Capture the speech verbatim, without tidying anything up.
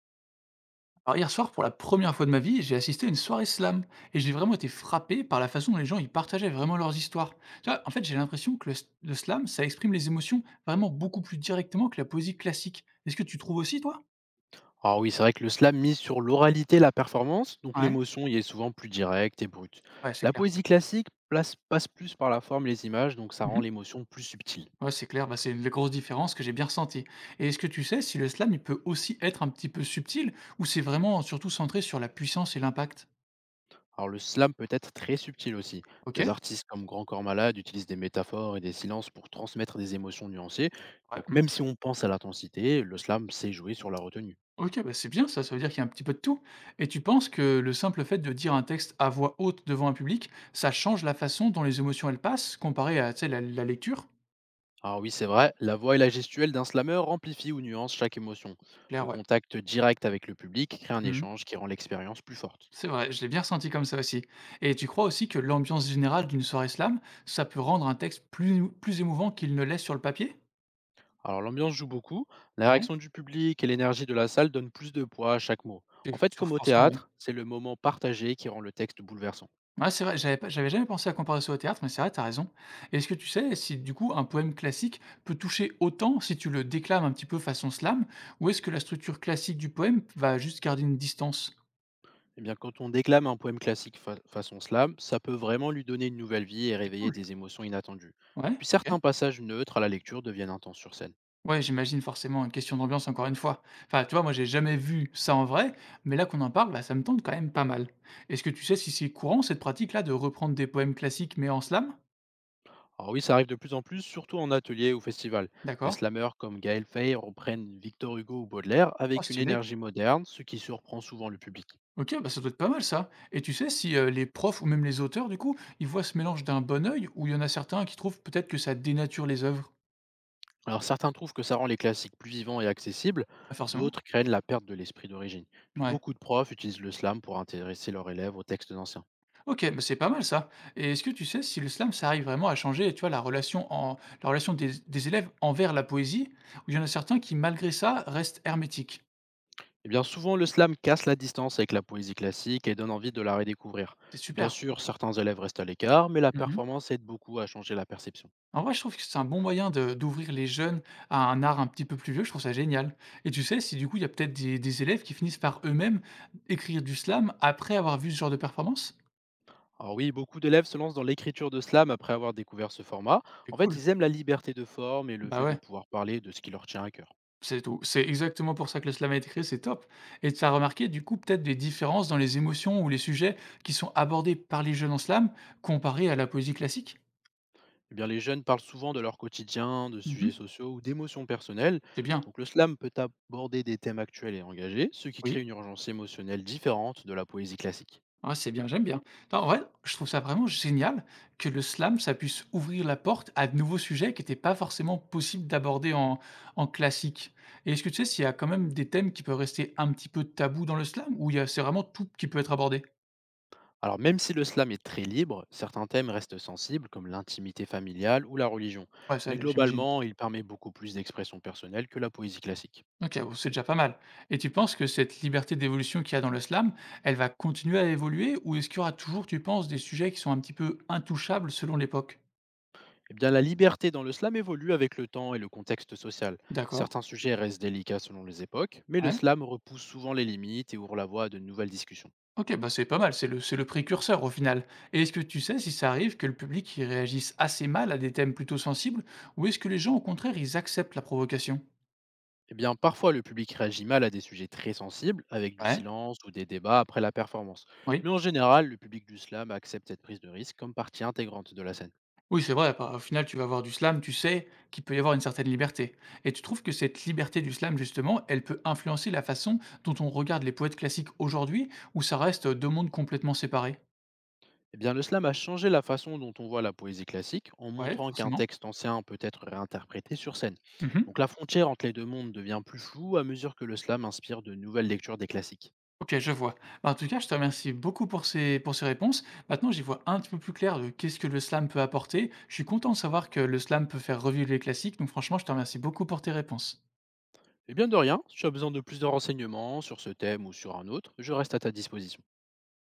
Alors hier soir, pour la première fois de ma vie, j'ai assisté à une soirée slam et j'ai vraiment été frappé par la façon dont les gens y partageaient vraiment leurs histoires. Tu vois, en fait, j'ai l'impression que le, s- le slam, ça exprime les émotions vraiment beaucoup plus directement que la poésie classique. Est-ce que tu trouves aussi, toi? Alors oui, c'est vrai que le slam mise sur l'oralité et la performance, donc Ouais, l'émotion y est souvent plus directe et brute. ouais, c'est La clair. poésie classique place- passe plus par la forme et les images, donc ça rend Mhm. l'émotion plus subtile. Ouais, c'est clair, bah, c'est une grosse différence que j'ai bien ressentie. Et est-ce que tu sais si le slam, il peut aussi être un petit peu subtil ou c'est vraiment surtout centré sur la puissance et l'impact? Alors le slam peut être très subtil aussi. Ok. Des artistes comme Grand Corps Malade utilisent des métaphores et des silences pour transmettre des émotions nuancées. Ouais. Donc même si on pense à l'intensité, le slam sait jouer sur la retenue. OK, bah, c'est bien ça, ça veut dire qu'il y a un petit peu de tout. Et tu penses que le simple fait de dire un texte à voix haute devant un public, ça change la façon dont les émotions elles passent comparé à, tu sais, la, la lecture? Alors oui, c'est vrai, la voix et la gestuelle d'un slameur amplifient ou nuancent chaque émotion. Claire, Le ouais. contact direct avec le public crée un Mhm. échange qui rend l'expérience plus forte. C'est vrai, je l'ai bien ressenti comme ça aussi. Et tu crois aussi que l'ambiance générale d'une soirée slam, ça peut rendre un texte plus, plus émouvant qu'il ne l'est sur le papier? Alors l'ambiance joue beaucoup, la Ouais. réaction du public et l'énergie de la salle donnent plus de poids à chaque mot. Et En fait, sur- comme au forcément, ouais. théâtre, c'est le moment partagé qui rend le texte bouleversant. Ouais, c'est vrai, j'avais pas j'avais jamais pensé à comparer ça au théâtre, mais c'est vrai, t'as raison. Et est-ce que tu sais si, du coup, un poème classique peut toucher autant si tu le déclames un petit peu façon slam, ou est-ce que la structure classique du poème va juste garder une distance? Eh bien, quand on déclame un poème classique fa- façon slam, ça peut vraiment lui donner une nouvelle vie et C'est réveiller cool. des émotions inattendues. Ouais, Puis OK. certains passages neutres à la lecture deviennent intenses sur scène. Ouais, j'imagine forcément une question d'ambiance encore une fois. Enfin, tu vois, moi j'ai jamais vu ça en vrai, mais là qu'on en parle, bah, ça me tente quand même pas mal. Est-ce que tu sais si c'est courant cette pratique-là de reprendre des poèmes classiques mais en slam? Alors oui, ça arrive de plus en plus, surtout en atelier ou festival. Des D'accord. slameurs comme Gaël Fay reprennent Victor Hugo ou Baudelaire Oh, avec une stylé. énergie moderne, ce qui surprend souvent le public. OK, bah, ça doit être pas mal ça. Et tu sais si, heu, les profs ou même les auteurs du coup, ils voient ce mélange d'un bon œil ou il y en a certains qui trouvent peut-être que ça dénature les œuvres? Alors certains trouvent que ça rend les classiques plus vivants et accessibles, Pas forcément? d'autres craignent la perte de l'esprit d'origine. Puis Ouais. beaucoup de profs utilisent le slam pour intéresser leurs élèves aux textes anciens. OK, bah, c'est pas mal ça. Et est-ce que tu sais si le slam ça arrive vraiment à changer, tu vois, la relation en la relation des des élèves envers la poésie? Ou il y en a certains qui malgré ça restent hermétiques? Eh bien souvent le slam casse la distance avec la poésie classique et donne envie de la redécouvrir. C'est Bien super. sûr, certains élèves restent à l'écart, mais la Mmh. performance aide beaucoup à changer la perception. En vrai, je trouve que c'est un bon moyen de d'ouvrir les jeunes à un art un petit peu plus vieux, je trouve ça génial. Et tu sais, si du coup, il y a peut-être des des élèves qui finissent par eux-mêmes écrire du slam après avoir vu ce genre de performance? Alors oui, beaucoup d'élèves se lancent dans l'écriture de slam après avoir découvert ce format. C'est En fait, cool. ils aiment la liberté de forme et le Bah, fait de ouais, pouvoir parler de ce qui leur tient à cœur. c'est tout. C'est exactement pour ça que le slam a été créé, c'est top. Et tu as remarqué du coup peut-être des différences dans les émotions ou les sujets qui sont abordés par les jeunes en slam comparés à la poésie classique? Eh bien, les jeunes parlent souvent de leur quotidien, de sujets Mmh. sociaux ou d'émotions personnelles. C'est bien, Donc, le slam peut aborder des thèmes actuels et engagés, ce qui oui. crée une urgence émotionnelle différente de la poésie classique. Ouais, c'est bien, j'aime bien. Non, en vrai, je trouve ça vraiment génial que le slam, ça puisse ouvrir la porte à de nouveaux sujets qui étaient pas forcément possibles d'aborder en, en classique. Et est-ce que tu sais s'il y a quand même des thèmes qui peuvent rester un petit peu tabous dans le slam ou il y a- c'est vraiment tout qui peut être abordé? Alors, même si le slam est très libre, certains thèmes restent sensibles, comme l'intimité familiale ou la religion. Ouais, ça, Mais j'imagine. globalement, il permet beaucoup plus d'expression personnelle que la poésie classique. Ok, bon, c'est déjà pas mal. Et tu penses que cette liberté d'évolution qu'il y a dans le slam, elle va continuer à évoluer ou est-ce qu'il y aura toujours, tu penses, des sujets qui sont un petit peu intouchables selon l'époque? Eh bien, la liberté dans le slam évolue avec le temps et le contexte social. D'accord. Certains sujets restent délicats selon les époques, mais le Ouais. slam repousse souvent les limites et ouvre la voie à de nouvelles discussions. OK, bah, c'est pas mal, c'est le c'est le précurseur au final. Et est-ce que tu sais si ça arrive que le public il réagisse assez mal à des thèmes plutôt sensibles ou est-ce que les gens au contraire ils acceptent la provocation? Eh bien, parfois, le public réagit mal à des sujets très sensibles, avec du Ouais. silence ou des débats après la performance. Oui. Mais en général, le public du slam accepte cette prise de risque comme partie intégrante de la scène. Oui, c'est vrai, bah, au final tu vas avoir du slam, tu sais qu'il peut y avoir une certaine liberté. Et tu trouves que cette liberté du slam justement, elle peut influencer la façon dont on regarde les poètes classiques aujourd'hui ou ça reste deux mondes complètement séparés? Eh bien, le slam a changé la façon dont on voit la poésie classique en Ouais, montrant qu'un forcément. texte ancien peut être réinterprété sur scène. Mmh. Donc la frontière entre les deux mondes devient plus floue à mesure que le slam inspire de nouvelles lectures des classiques. OK, je vois. Bah, en tout cas, je te remercie beaucoup pour ces pour ces réponses. Maintenant, j'y vois un petit peu plus clair de qu'est-ce que le slam peut apporter. Je suis content de savoir que le slam peut faire revivre les classiques, donc franchement, je te remercie beaucoup pour tes réponses. Eh bien, de rien, si tu as besoin de plus de renseignements sur ce thème ou sur un autre, je reste à ta disposition.